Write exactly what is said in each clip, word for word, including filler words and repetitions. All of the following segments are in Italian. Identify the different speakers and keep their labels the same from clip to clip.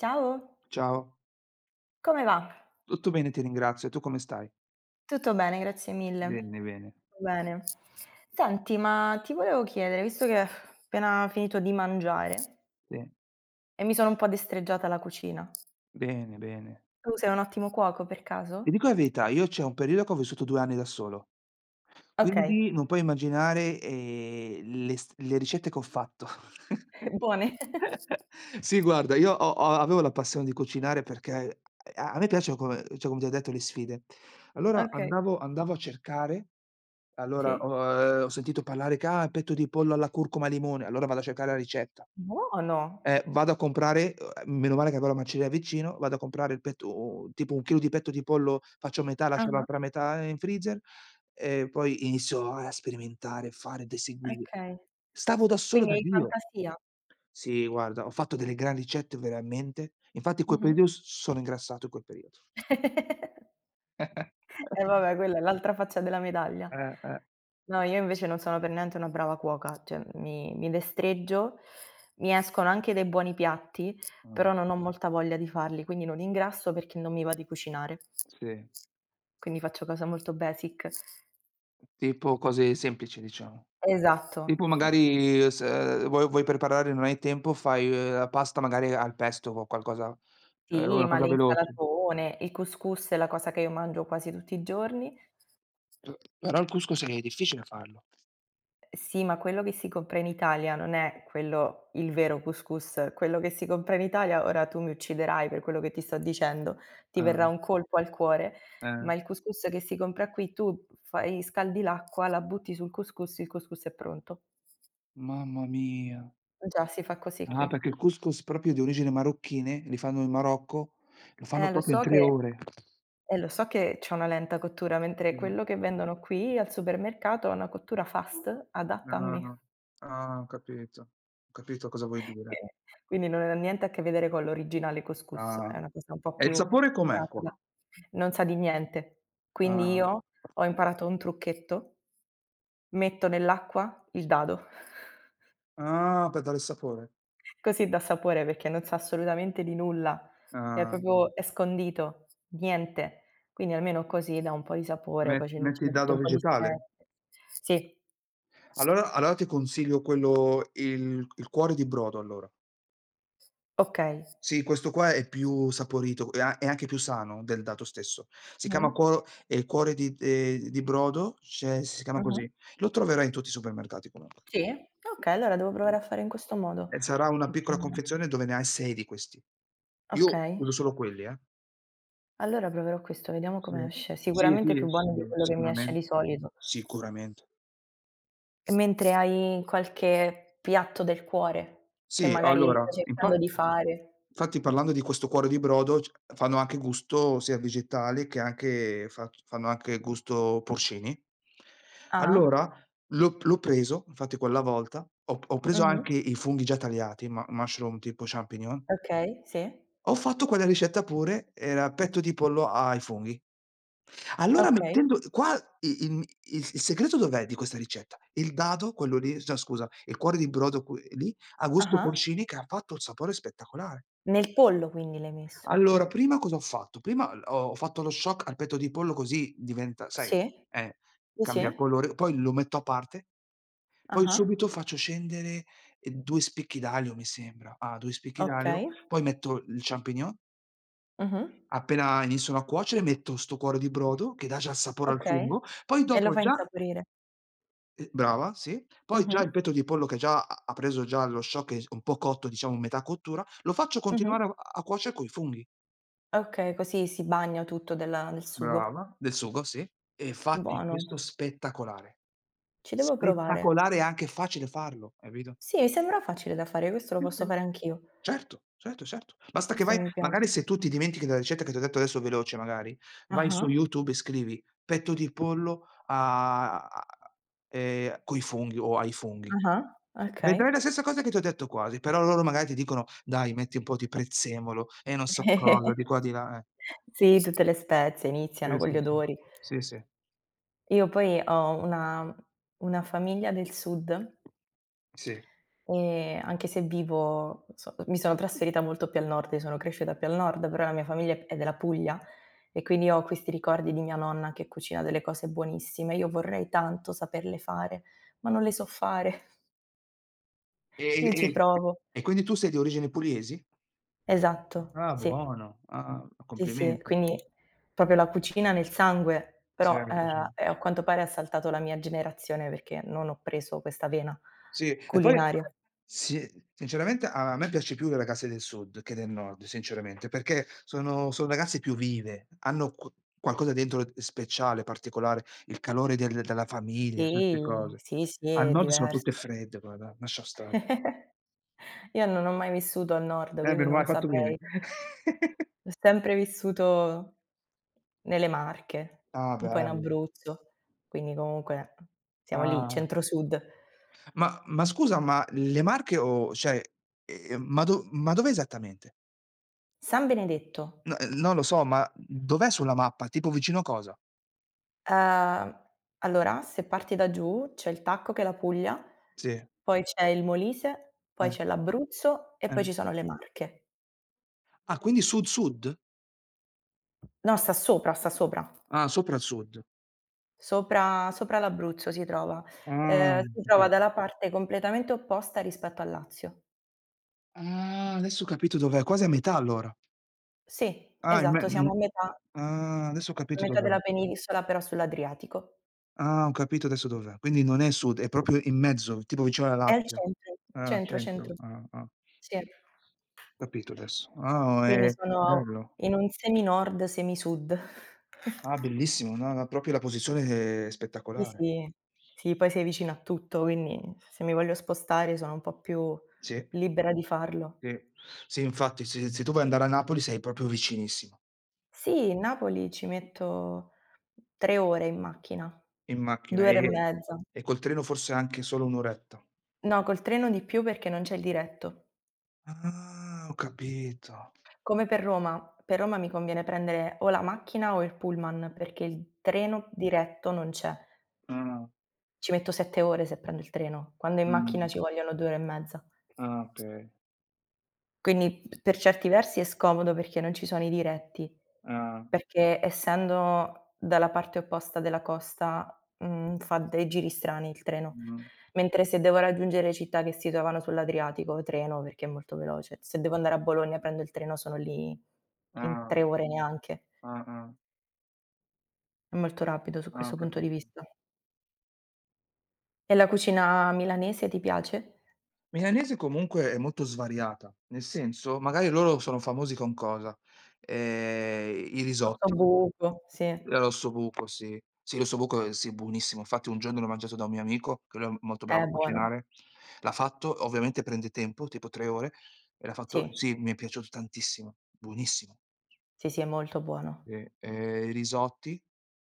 Speaker 1: Ciao,
Speaker 2: Ciao,
Speaker 1: come va?
Speaker 2: tutto bene ti ringrazio, e tu come stai?
Speaker 1: Tutto bene, grazie mille.
Speaker 2: Bene, bene,
Speaker 1: Tutto bene. Senti, ma ti volevo chiedere, visto che ho appena finito di mangiare
Speaker 2: sì,
Speaker 1: e mi sono un po' destreggiata alla cucina,
Speaker 2: bene, bene.
Speaker 1: tu sei un ottimo cuoco per caso?
Speaker 2: Ti dico la verità, io c'è un periodo che ho vissuto due anni da solo,
Speaker 1: Okay,
Speaker 2: quindi non puoi immaginare, ehm, le s le ricette che ho fatto.
Speaker 1: buone.
Speaker 2: Sì guarda, io ho ho avevo la passione di cucinare perché a a me piacciono come cioè come ti ho detto le sfide. Allora
Speaker 1: Okay,
Speaker 2: andavo andavo a cercare, allora
Speaker 1: sì.
Speaker 2: ho ehm, ho sentito parlare che: "Ah, petto di pollo alla curcuma e limone". Allora vado a cercare la ricetta.
Speaker 1: Buono!
Speaker 2: Eh, vado a comprare uhm, meno male che avevo la macelleria vicino, vado a comprare il petto u tipo un chilo di petto di pollo, faccio metà, lascio
Speaker 1: Ah-ah,
Speaker 2: l'altra metà in freezer e poi inizio a sperimentare, fare ed eseguire.
Speaker 1: okay.
Speaker 2: Stavo da solo
Speaker 1: Quindi
Speaker 2: da
Speaker 1: hai
Speaker 2: Dio.
Speaker 1: fantasia.
Speaker 2: Sì, guarda, ho fatto delle gran ricette veramente. Infatti in quel
Speaker 1: Mh-mh.
Speaker 2: periodo s sono ingrassato in quel periodo.
Speaker 1: Eh vabbè, quella è l'altra faccia della medaglia.
Speaker 2: Eh, eh.
Speaker 1: No, io invece non sono per niente una brava cuoca, cioè mi mi destreggio, mi escono anche dei buoni piatti,
Speaker 2: Mh,
Speaker 1: però non ho molta voglia di farli, quindi non ingrasso perché non mi va di cucinare.
Speaker 2: sì.
Speaker 1: Quindi faccio cose molto basic.
Speaker 2: Tipo cose semplici, diciamo.
Speaker 1: Esatto.
Speaker 2: Tipo
Speaker 1: Mh,
Speaker 2: magari, uhm, se vuoi vuoi preparare non hai tempo, fai, uhm, la pasta magari al pesto o qualcosa ehm,
Speaker 1: sì,
Speaker 2: una
Speaker 1: ma
Speaker 2: cosa
Speaker 1: le
Speaker 2: veloce.
Speaker 1: insalatone, il couscous è la cosa che io mangio quasi tutti i giorni.
Speaker 2: P però il couscous è difficile farlo.
Speaker 1: Sì, ma quello che si compra in Italia non è quello il vero couscous. Quello che si compra in Italia ora tu mi ucciderai per quello che ti sto dicendo, ti
Speaker 2: Eh,
Speaker 1: verrà un colpo al cuore,
Speaker 2: eh.
Speaker 1: ma il couscous che si compra qui tu fai scaldi l'acqua, la butti sul couscous, il couscous è pronto.
Speaker 2: Mamma mia.
Speaker 1: Già, si fa così
Speaker 2: Ah,
Speaker 1: qui.
Speaker 2: perché il couscous proprio di origine marocchine, li fanno in Marocco, lo fanno
Speaker 1: Eh, lo
Speaker 2: proprio in
Speaker 1: so
Speaker 2: tre
Speaker 1: che
Speaker 2: ore.
Speaker 1: eh, lo so che c'è una lenta cottura, mentre
Speaker 2: Sì.
Speaker 1: quello che vendono qui al supermercato ha una cottura fast
Speaker 2: No,
Speaker 1: adatta a
Speaker 2: no,
Speaker 1: me.
Speaker 2: no. Ah, ho capito. Ho capito cosa vuoi dire.
Speaker 1: Okay, quindi non ha niente a che vedere con l'originale couscous, è
Speaker 2: Ah.
Speaker 1: una cosa un po'
Speaker 2: E il
Speaker 1: più
Speaker 2: sapore com'è qua?
Speaker 1: pratica. Non sa di niente. Quindi
Speaker 2: Ah.
Speaker 1: io ho imparato un trucchetto: metto nell'acqua il dado,
Speaker 2: Ah, per dare il sapore.
Speaker 1: così dà sapore perché non sa assolutamente di nulla, è
Speaker 2: Ah.
Speaker 1: proprio è scondito, niente. Quindi almeno così dà un po' di sapore, poi
Speaker 2: Me
Speaker 1: ci
Speaker 2: metti
Speaker 1: ci
Speaker 2: il
Speaker 1: metto
Speaker 2: dado
Speaker 1: un po' di
Speaker 2: vegetale?
Speaker 1: spezie. Sì,
Speaker 2: Allora allora ti consiglio quello, il il cuore di brodo allora.
Speaker 1: okay.
Speaker 2: Sì, questo qua è più saporito e a è anche più sano del dato stesso. Si
Speaker 1: Mh,
Speaker 2: chiama cuo ehm, cuore di ehm, di brodo, c'è si chiama
Speaker 1: mh-mh.
Speaker 2: così. Lo troverai in tutti i supermercati comunque.
Speaker 1: Sì? Okay, allora devo provare
Speaker 2: Mh.
Speaker 1: a fare in questo modo.
Speaker 2: E sarà una piccola
Speaker 1: Okay,
Speaker 2: confezione dove ne hai sei di questi. Io
Speaker 1: okay,
Speaker 2: uso
Speaker 1: sì.
Speaker 2: solo quelli, eh.
Speaker 1: Allora proverò questo, vediamo
Speaker 2: Sì.
Speaker 1: come esce.
Speaker 2: Sì,
Speaker 1: Sicuramente
Speaker 2: sì,
Speaker 1: più
Speaker 2: sì,
Speaker 1: buono di quello che mi esce di
Speaker 2: sicuramen
Speaker 1: solito.
Speaker 2: sicuramente.
Speaker 1: E mentre hai qualche piatto del cuore che
Speaker 2: Sì,
Speaker 1: magari
Speaker 2: allora,
Speaker 1: stai
Speaker 2: infa
Speaker 1: cercando di fare?
Speaker 2: infatti parlando di questo cuore di brodo c fanno anche gusto sia vegetale che anche fac fanno anche gusto porcini.
Speaker 1: Ah,
Speaker 2: Allora l'ho l'ho preso, infatti quella volta, ho p ho preso
Speaker 1: mh-mh,
Speaker 2: anche i funghi già tagliati, ma mushroom tipo champignon,
Speaker 1: okay, sì,
Speaker 2: ho fatto quella ricetta pure, era petto di pollo ai funghi. Allora
Speaker 1: okay,
Speaker 2: mettendo qua i il mi il il segreto dov'è di questa ricetta? Il dado, quello lì no scusa, il cuore di brodo que lì, a gusto
Speaker 1: ah-ah.
Speaker 2: porcini, che ha fatto un sapore spettacolare.
Speaker 1: Nel pollo quindi l'hai messo?
Speaker 2: Allora prima cosa ho fatto? Prima l ho fatto lo shock al petto di pollo così diventa sai,
Speaker 1: Sì,
Speaker 2: eh,
Speaker 1: sì, sì,
Speaker 2: cambia colore, poi lo metto a parte, poi
Speaker 1: ah-ah,
Speaker 2: subito faccio scendere, ehm, due spicchi d'aglio mi sembra. Ah, due spicchi d'aglio,
Speaker 1: okay,
Speaker 2: poi metto il champignon,
Speaker 1: mh-mh,
Speaker 2: appena iniziano a cuocere metto 'sto cuore di brodo che dà già il sapore al
Speaker 1: okay.
Speaker 2: fungo, poi
Speaker 1: E lo
Speaker 2: dopo
Speaker 1: fai
Speaker 2: già.
Speaker 1: insaporire.
Speaker 2: Ehm, brava, sì. Poi
Speaker 1: Mh-mh,
Speaker 2: già il petto di pollo che già ha ha preso già lo shock e s un po' cotto, diciamo metà cottura, lo faccio
Speaker 1: mh-mh.
Speaker 2: continuare a a cuocere coi funghi.
Speaker 1: Okay, così si bagna tutto della del sugo.
Speaker 2: Brava. Del sugo, sì. E fatti
Speaker 1: Buono,
Speaker 2: questo spettacolare.
Speaker 1: ci devo provare.
Speaker 2: Spettacolare e anche facile farlo, hai capito?
Speaker 1: Sì, mi sembra facile da fare, questo lo
Speaker 2: Sì,
Speaker 1: posso
Speaker 2: sì.
Speaker 1: fare anch'io.
Speaker 2: Certo, certo, certo. Basta che
Speaker 1: Questo
Speaker 2: vai,
Speaker 1: mi piace.
Speaker 2: magari se tu ti dimentichi della ricetta che ti ho detto adesso veloce magari, vai su
Speaker 1: Ah-ah,
Speaker 2: YouTube e scrivi: "Petto di pollo a a ehm, coi funghi" o "ai funghi".
Speaker 1: ah-ah, okay.
Speaker 2: Vedrai la stessa cosa che ti ho detto quasi, però loro magari ti dicono: "Dai, metti un po' di prezzemolo e non so cosa, di qua di là", eh.
Speaker 1: Sì, tutte le spezie
Speaker 2: Sì,
Speaker 1: iniziano con
Speaker 2: sì,
Speaker 1: gli
Speaker 2: sì.
Speaker 1: odori.
Speaker 2: Sì, sì,
Speaker 1: Io poi ho una una famiglia del sud
Speaker 2: sì.
Speaker 1: e anche se vivo so mi sono trasferita molto più al nord, io sono cresciuta più al nord, però la mia famiglia è della Puglia e quindi ho questi ricordi di mia nonna che cucina delle cose buonissime. Io vorrei tanto saperle fare, ma non le so fare.
Speaker 2: E
Speaker 1: Io ci
Speaker 2: e
Speaker 1: provo.
Speaker 2: e quindi tu sei di origine pugliesi?
Speaker 1: Esatto,
Speaker 2: Ah,
Speaker 1: sì,
Speaker 2: buono. Ah, ah,
Speaker 1: sì, sì,
Speaker 2: complimenti.
Speaker 1: quindi proprio la cucina nel sangue, però,
Speaker 2: Certo. ce
Speaker 1: ehm, e a quanto pare ha saltato la mia generazione perché non ho preso questa vena
Speaker 2: Sì, e poi
Speaker 1: culinaria.
Speaker 2: sì, sinceramente a me piace più le ragazze del sud che del nord, sinceramente, perché sono sono ragazze più vive, hanno qu qualcosa dentro speciale, particolare, il calore del della famiglia, certe
Speaker 1: Sì,
Speaker 2: cose.
Speaker 1: sì, sì,
Speaker 2: Al
Speaker 1: è
Speaker 2: nord sono tutte
Speaker 1: diverso.
Speaker 2: fredde, guarda, lascia stare.
Speaker 1: Io non ho mai vissuto al nord,
Speaker 2: Eh,
Speaker 1: quindi
Speaker 2: meno male,
Speaker 1: non
Speaker 2: hai fatto bene.
Speaker 1: saprei. Ho sempre vissuto nelle Marche,
Speaker 2: Ah,
Speaker 1: un po' in
Speaker 2: bello.
Speaker 1: Abruzzo, quindi comunque siamo lì,
Speaker 2: Ah.
Speaker 1: centro sud.
Speaker 2: Ma ma scusa, ma le Marche o cioè, ehm, ma do ma dov'è esattamente?
Speaker 1: San Benedetto.
Speaker 2: N non lo so, ma dov'è sulla mappa? Tipo vicino a cosa?
Speaker 1: Ehm, allora se parti da giù c'è il Tacco che è la Puglia,
Speaker 2: Sì,
Speaker 1: poi c'è il Molise, poi
Speaker 2: eh.
Speaker 1: c'è l'Abruzzo e
Speaker 2: Eh.
Speaker 1: poi ci sono le Marche.
Speaker 2: Ah, quindi sud-sud?
Speaker 1: No, sta sopra, sta sopra.
Speaker 2: Ah, sopra il sud.
Speaker 1: Sopra sopra l'Abruzzo si trova.
Speaker 2: Ah, ho
Speaker 1: Ehm, si trova
Speaker 2: capi
Speaker 1: dalla parte completamente opposta rispetto al Lazio.
Speaker 2: ah, adesso ho capito dov'è, quasi a metà allora.
Speaker 1: Sì,
Speaker 2: Ah, in me
Speaker 1: esatto, siamo
Speaker 2: mhmm,
Speaker 1: a metà
Speaker 2: ah, adesso ho
Speaker 1: a
Speaker 2: capito
Speaker 1: metà
Speaker 2: dov'è.
Speaker 1: della penisola però sull'Adriatico.
Speaker 2: Ah, ho capito adesso dov'è. Quindi non è sud, è proprio in mezzo, tipo vicino alla
Speaker 1: È al
Speaker 2: Lazio.
Speaker 1: centro,
Speaker 2: Ah, al
Speaker 1: centro,
Speaker 2: centro.
Speaker 1: centro,
Speaker 2: Ah, ah,
Speaker 1: sì.
Speaker 2: ho capito adesso. Ah,
Speaker 1: Quindi
Speaker 2: è
Speaker 1: sono
Speaker 2: bello.
Speaker 1: in un semi-nord, semi-sud.
Speaker 2: Ah, bellissimo, no, no, proprio la posizione è
Speaker 1: Sì,
Speaker 2: spettacolare.
Speaker 1: sì. Sì, poi sei vicino a tutto, quindi se mi voglio spostare sono un po' più
Speaker 2: Sì,
Speaker 1: libera di farlo.
Speaker 2: sì. Sì, infatti, se se tu vuoi andare a Napoli sei proprio vicinissima.
Speaker 1: Sì, Napoli ci metto tre ore in macchina,
Speaker 2: In macchina,
Speaker 1: due ore e
Speaker 2: e
Speaker 1: mezza.
Speaker 2: e col treno forse anche solo un' oretta.
Speaker 1: No, col treno di più perché non c'è il diretto.
Speaker 2: Ah, ho capito.
Speaker 1: Come per Roma, per Roma mi conviene prendere o la macchina o il pullman, perché il treno diretto non c'è.
Speaker 2: Ah,
Speaker 1: Ci metto sette ore se prendo il treno, quando in macchina
Speaker 2: mh,
Speaker 1: ci vogliono due ore e mezza.
Speaker 2: ah, okay.
Speaker 1: Quindi per certi versi è scomodo perché non ci sono i diretti,
Speaker 2: Ah,
Speaker 1: perché essendo dalla parte opposta della costa, mhmm, fa dei giri strani il treno,
Speaker 2: mh,
Speaker 1: mentre se devo raggiungere città che si trovano sull'Adriatico, treno perché è molto veloce, se devo andare a Bologna prendo il treno, sono lì in
Speaker 2: ah,
Speaker 1: tre ore neanche.
Speaker 2: ah-ah, ah,
Speaker 1: È molto rapido su
Speaker 2: ah,
Speaker 1: questo
Speaker 2: ho
Speaker 1: punto di
Speaker 2: capito.
Speaker 1: vista. E la cucina milanese ti piace?
Speaker 2: Milanese comunque è molto svariata, nel senso, magari loro sono famosi con cosa? Ehm, I risotti.
Speaker 1: L'ossobuco, sì,
Speaker 2: Eh, l'osso buco, sì. Sì, l'osso buco, ehm, sì, buonissimo. Infatti un giorno l'ho mangiato da un mio amico, che lui è molto
Speaker 1: è
Speaker 2: bravo a
Speaker 1: buono.
Speaker 2: cucinare. L'ha fatto, ovviamente prende tempo, tipo tre ore, e l'ha fatto
Speaker 1: Sì,
Speaker 2: sì, mi è piaciuto tantissimo, buonissimo.
Speaker 1: sì, sì, è molto buono.
Speaker 2: Sì, ehm, i risotti,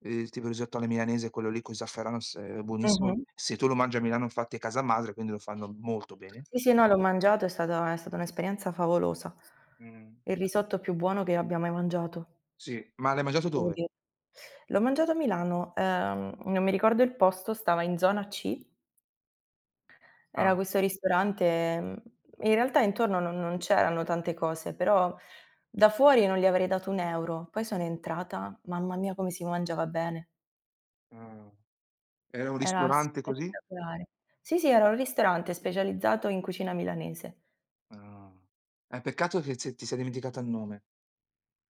Speaker 2: ehm, tipo il risotto alla milanese, quello lì con zafferano, s è
Speaker 1: Mh-mh.
Speaker 2: buonissimo. Se tu lo mangi a Milano infatti è casa madre, quindi lo fanno molto bene.
Speaker 1: Sì, sì, no, l'ho mangiato, è stata è stata un'esperienza favolosa.
Speaker 2: Mh.
Speaker 1: Il risotto più buono che abbia mai mangiato,
Speaker 2: Sì, ma l'hai mangiato
Speaker 1: devo
Speaker 2: dove?
Speaker 1: dire. L'ho mangiato a Milano, ehm, non mi ricordo il posto, stava in zona C,
Speaker 2: Ah,
Speaker 1: era questo ristorante, mhmm, in realtà intorno non non c'erano tante cose, però da fuori non gli avrei dato un euro. Poi sono entrata, mamma mia come si mangiava bene,
Speaker 2: ah. Era un
Speaker 1: era
Speaker 2: ristorante così?
Speaker 1: spettacolare. Sì, sì, era un ristorante specializzato in cucina milanese.
Speaker 2: Ah. Eh, peccato che se ti sei dimenticata il nome.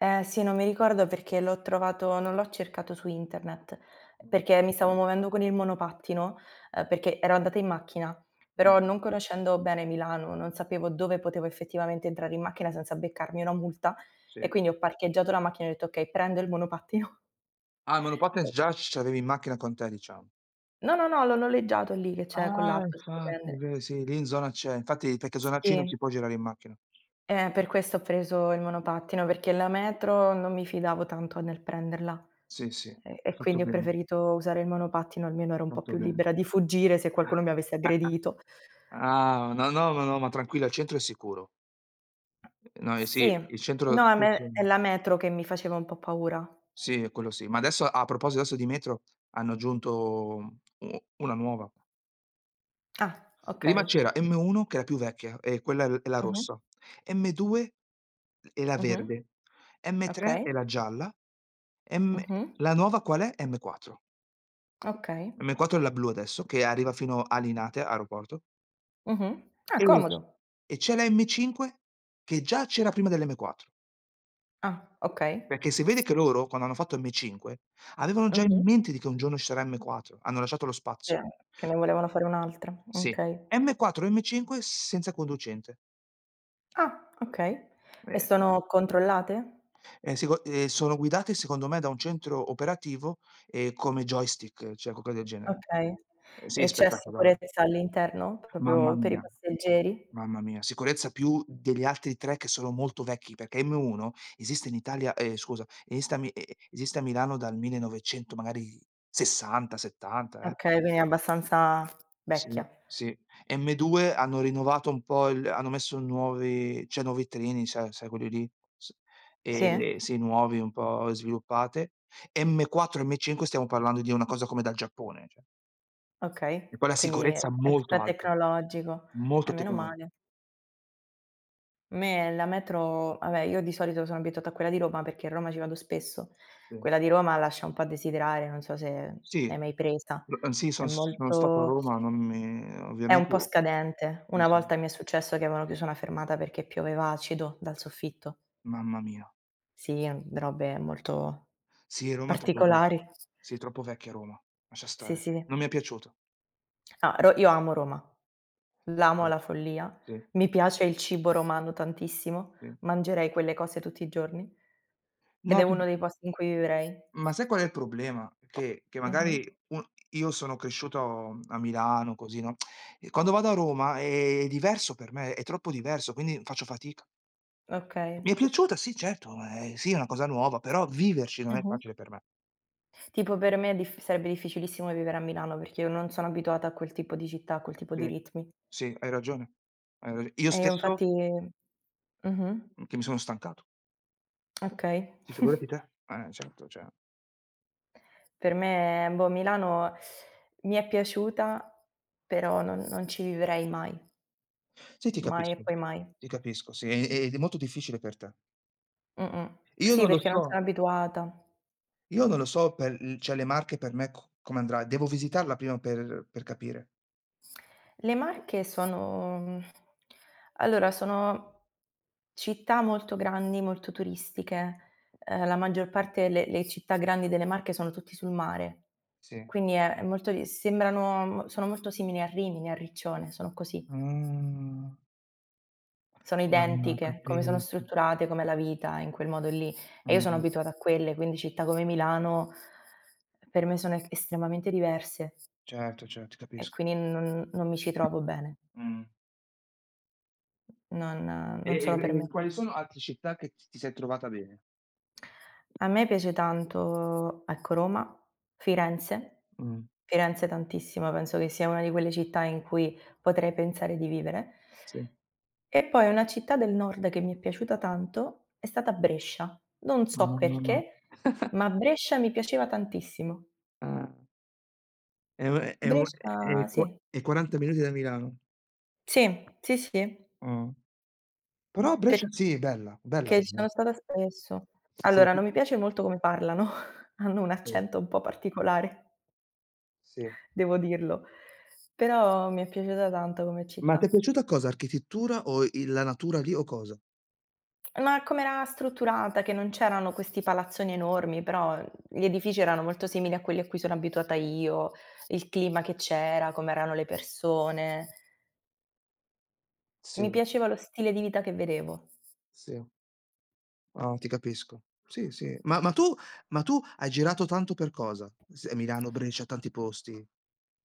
Speaker 1: Eh sì, non mi ricordo perché l'ho trovato non l'ho cercato su internet,
Speaker 2: Mh.
Speaker 1: perché mi stavo muovendo con il monopattino, ehm, perché ero andata in macchina, però
Speaker 2: Mh-mh,
Speaker 1: non conoscendo bene Milano, non sapevo dove potevo effettivamente entrare in macchina senza beccarmi una multa e
Speaker 2: sì.
Speaker 1: quindi ho parcheggiato la macchina e ho detto: "Okay, prendo il monopattino."
Speaker 2: Ah, il monopattino già ce l'avevi in macchina con te, diciamo.
Speaker 1: No, no, no, l'ho noleggiato lì che c'è con
Speaker 2: Ah,
Speaker 1: l'app, si può
Speaker 2: infatti, è
Speaker 1: prendere.
Speaker 2: vero, sì, lì in zona c'è. Infatti perché zona C non
Speaker 1: Sì,
Speaker 2: si può girare in macchina.
Speaker 1: eh, per questo ho preso il monopattino, perché la metro non mi fidavo tanto nel prenderla.
Speaker 2: Sì, sì,
Speaker 1: E
Speaker 2: hai
Speaker 1: e
Speaker 2: fatto
Speaker 1: quindi ho
Speaker 2: bene,
Speaker 1: preferito usare il monopattino, almeno ero
Speaker 2: hai
Speaker 1: un po'
Speaker 2: fatto
Speaker 1: più
Speaker 2: bene.
Speaker 1: libera di fuggire se qualcuno mi avesse aggredito.
Speaker 2: Ah, no, no, no, no, ma tranquilla, il centro è sicuro. No, eh
Speaker 1: Sì,
Speaker 2: sì, il centro
Speaker 1: no, a
Speaker 2: spesso
Speaker 1: me è la metro che mi faceva un po' paura.
Speaker 2: sì, quello sì. Ma adesso a proposito adesso di metro, hanno aggiunto mhmm, u una nuova.
Speaker 1: Ah,
Speaker 2: Prima
Speaker 1: okay.
Speaker 2: c'era M uno che è la più vecchia e quella è l è la
Speaker 1: Mh-mh,
Speaker 2: rossa, M due è la
Speaker 1: mh-mh,
Speaker 2: verde, M tre
Speaker 1: okay,
Speaker 2: è la gialla, M
Speaker 1: mh-mh,
Speaker 2: la nuova qual è? M quattro.
Speaker 1: okay,
Speaker 2: M quattro è la blu adesso che arriva fino a Linate, aeroporto,
Speaker 1: mh-mh. Ah,
Speaker 2: e
Speaker 1: comodo.
Speaker 2: c e c'è la M cinque che già c'era prima dell'M quattro,
Speaker 1: Ah, okay.
Speaker 2: perché si vede che loro quando hanno fatto M cinque avevano già in
Speaker 1: Mh-mh.
Speaker 2: mente di che un giorno ci sarà M quattro, hanno lasciato lo
Speaker 1: Sì,
Speaker 2: spazio.
Speaker 1: che ne volevano fare un'altra.
Speaker 2: Sì.
Speaker 1: Okay.
Speaker 2: M quattro e M cinque senza conducente.
Speaker 1: Ah, okay. E
Speaker 2: Ehm
Speaker 1: sono controllate?
Speaker 2: Ehm, seco ehm, sono guidate secondo me da un centro operativo, ehm, come joystick, cioè qualcosa del genere.
Speaker 1: Okay.
Speaker 2: Ehm, sì,
Speaker 1: E c'è
Speaker 2: spettacolare.
Speaker 1: sicurezza all'interno,
Speaker 2: Mamma
Speaker 1: proprio per i
Speaker 2: mia,
Speaker 1: passeggeri?
Speaker 2: mamma mia. Sicurezza più degli altri tre che sono molto vecchi, perché M uno esiste in Italia ehm, scusa, esiste a Mi e e esiste a Milano dal millenovecento magari sessanta, settanta, eh.
Speaker 1: Okay, quindi è abbastanza
Speaker 2: Sì,
Speaker 1: vecchia.
Speaker 2: sì. M due hanno rinnovato un po' il hanno messo nuovi cioè nuovi treni, sai sai quelli lì, s
Speaker 1: Sì?
Speaker 2: ehm, sì, nuovi un po' sviluppate. M quattro, M cinque stiamo parlando di una cosa come dal Giappone, cioè. E
Speaker 1: Okay,
Speaker 2: poi la
Speaker 1: quindi
Speaker 2: sicurezza
Speaker 1: extra
Speaker 2: molto alta,
Speaker 1: tecnologico. Eh,
Speaker 2: molto
Speaker 1: meno
Speaker 2: tecnologica,
Speaker 1: male. A me la metro vabbè, io di solito sono abituata a quella di Roma perché a Roma ci vado spesso.
Speaker 2: sì.
Speaker 1: Quella di Roma lascia un po' a desiderare, non so se l'hai
Speaker 2: Sì.
Speaker 1: mai presa.
Speaker 2: L ehm, sì,
Speaker 1: È
Speaker 2: son s sono stato a
Speaker 1: molto
Speaker 2: Roma, non mi
Speaker 1: è un
Speaker 2: ovviamente
Speaker 1: po'
Speaker 2: u
Speaker 1: scadente.
Speaker 2: sì,
Speaker 1: Una
Speaker 2: sì.
Speaker 1: volta mi è successo che avevano chiuso una fermata perché pioveva acido dal soffitto.
Speaker 2: Mamma mia.
Speaker 1: Sì, robe molto
Speaker 2: Sì, Roma è troppo vecchia.
Speaker 1: particolari.
Speaker 2: Sì, troppo vecchia Roma, lascia
Speaker 1: Sì,
Speaker 2: stare.
Speaker 1: sì.
Speaker 2: Non mi è piaciuta.
Speaker 1: Ah, Ro io amo Roma. L'amo
Speaker 2: Sì.
Speaker 1: alla follia.
Speaker 2: Sì.
Speaker 1: Mi piace il cibo romano tantissimo,
Speaker 2: Sì.
Speaker 1: mangerei quelle cose tutti i giorni ed
Speaker 2: No
Speaker 1: è
Speaker 2: ti
Speaker 1: uno dei posti in cui vivrei.
Speaker 2: ma sai qual è il problema? Che che
Speaker 1: Mh-mh.
Speaker 2: magari u io sono cresciuto a Milano così, no, e quando vado a Roma è diverso per me, è troppo diverso, quindi faccio fatica. Mi
Speaker 1: Okay.
Speaker 2: è piaciuta, sì certo, ehm, sì, è una cosa nuova, però viverci non è
Speaker 1: Mh-mh.
Speaker 2: facile per me.
Speaker 1: Tipo per me è dif sarebbe difficilissimo vivere a Milano perché io non sono abituata a quel tipo di città, a quel tipo di
Speaker 2: Sì,
Speaker 1: ritmi.
Speaker 2: sì, hai ragione. Hai rag io
Speaker 1: E io
Speaker 2: stesso
Speaker 1: infatti mh-mh,
Speaker 2: che mi sono stancato.
Speaker 1: okay.
Speaker 2: Sì, figurati te. Eh, certo, cioè.
Speaker 1: Per me, boh, Milano mi è piaciuta, però non non ci vivrei mai,
Speaker 2: Sì, ti
Speaker 1: mai e
Speaker 2: capisco,
Speaker 1: poi mai.
Speaker 2: ti capisco, sì, è è molto difficile per te.
Speaker 1: Mh-mh.
Speaker 2: Io
Speaker 1: Sì,
Speaker 2: non lo
Speaker 1: perché non
Speaker 2: so
Speaker 1: sono abituata.
Speaker 2: Io non lo so per l cioè le Marche per me co come andrà. Devo visitarla prima per per capire.
Speaker 1: Le Marche sono allora sono città molto grandi, molto turistiche. Ehm, la maggior parte le le città grandi delle Marche sono tutti sul mare,
Speaker 2: Sì.
Speaker 1: quindi è è molto di sembrano mo sono molto simili a Rimini, a Riccione, sono così.
Speaker 2: Mhmm,
Speaker 1: Sono
Speaker 2: ah, ho
Speaker 1: identiche, come sono
Speaker 2: capito.
Speaker 1: strutturate, com'è la vita in quel modo lì. E io sono
Speaker 2: Mh,
Speaker 1: abituata a quelle, quindi città come Milano per me sono e estremamente diverse
Speaker 2: certo, certo, ti
Speaker 1: e
Speaker 2: capisco.
Speaker 1: quindi non non mi ci trovo bene.
Speaker 2: Mh.
Speaker 1: Non
Speaker 2: E
Speaker 1: non sono per
Speaker 2: e e
Speaker 1: me.
Speaker 2: quali sono altre città che ti ti sei trovata bene?
Speaker 1: A me piace tanto, ecco, Roma, Firenze.
Speaker 2: Mh,
Speaker 1: Firenze tantissimo, penso che sia una di quelle città in cui potrei pensare di vivere.
Speaker 2: sì.
Speaker 1: E poi una città del nord che mi è piaciuta tanto è stata Brescia. Non so
Speaker 2: Ah,
Speaker 1: perché, ma Brescia mi piaceva tantissimo.
Speaker 2: ah. È u è u
Speaker 1: Brescia
Speaker 2: è qu
Speaker 1: sì.
Speaker 2: è quaranta minuti da Milano.
Speaker 1: Sì, sì, sì,
Speaker 2: Ah. Però Brescia sì, è
Speaker 1: perché
Speaker 2: bella, bella per
Speaker 1: ci
Speaker 2: me.
Speaker 1: sono stata spesso.
Speaker 2: Sì,
Speaker 1: Allora,
Speaker 2: sì,
Speaker 1: non mi piace molto come parlano, hanno un
Speaker 2: sì.
Speaker 1: accento un po' particolare.
Speaker 2: Sì.
Speaker 1: Devo dirlo. Però mi è piaciuta tanto come
Speaker 2: Ma
Speaker 1: città.
Speaker 2: ti è piaciuta cosa? Architettura o i la natura lì o cosa?
Speaker 1: Ma com'era strutturata, che non c'erano questi palazzoni enormi, però, uhm, gli edifici erano molto simili a quelli a cui sono abituata io, il clima che c'era, com'erano le persone. Mi
Speaker 2: Sì,
Speaker 1: piaceva lo stile di vita che vedevo.
Speaker 2: sì. Ah, ti capisco. Sì, sì. Ma ma tu ma tu hai girato tanto per cosa? S Milano, Brescia, tanti posti?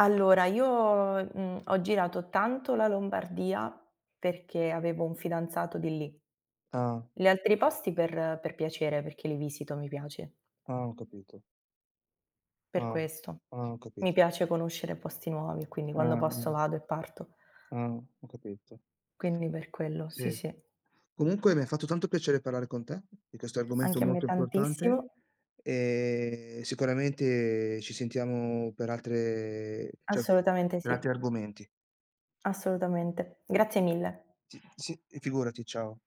Speaker 1: Allora io, mhmm, ho girato tanto la Lombardia perché avevo un fidanzato di lì.
Speaker 2: Ah,
Speaker 1: Gli altri posti per per piacere, perché li visito, mi piace.
Speaker 2: ah, ho capito.
Speaker 1: Per
Speaker 2: Ah,
Speaker 1: questo.
Speaker 2: ah, ho
Speaker 1: Mi
Speaker 2: capito.
Speaker 1: piace conoscere posti nuovi, quindi quando
Speaker 2: Ah, ah,
Speaker 1: posso vado e parto.
Speaker 2: ah, ho capito.
Speaker 1: Quindi per quello, sì,
Speaker 2: Sì.
Speaker 1: sì.
Speaker 2: Comunque mi ha fatto tanto piacere parlare con te di questo argomento
Speaker 1: Anche a me
Speaker 2: molto importante,
Speaker 1: tantissimo.
Speaker 2: e sicuramente ci sentiamo per altre cioè,
Speaker 1: Assolutamente
Speaker 2: per altri
Speaker 1: sì,
Speaker 2: argomenti.
Speaker 1: assolutamente. Grazie mille.
Speaker 2: Sì, sì, figurati, ciao.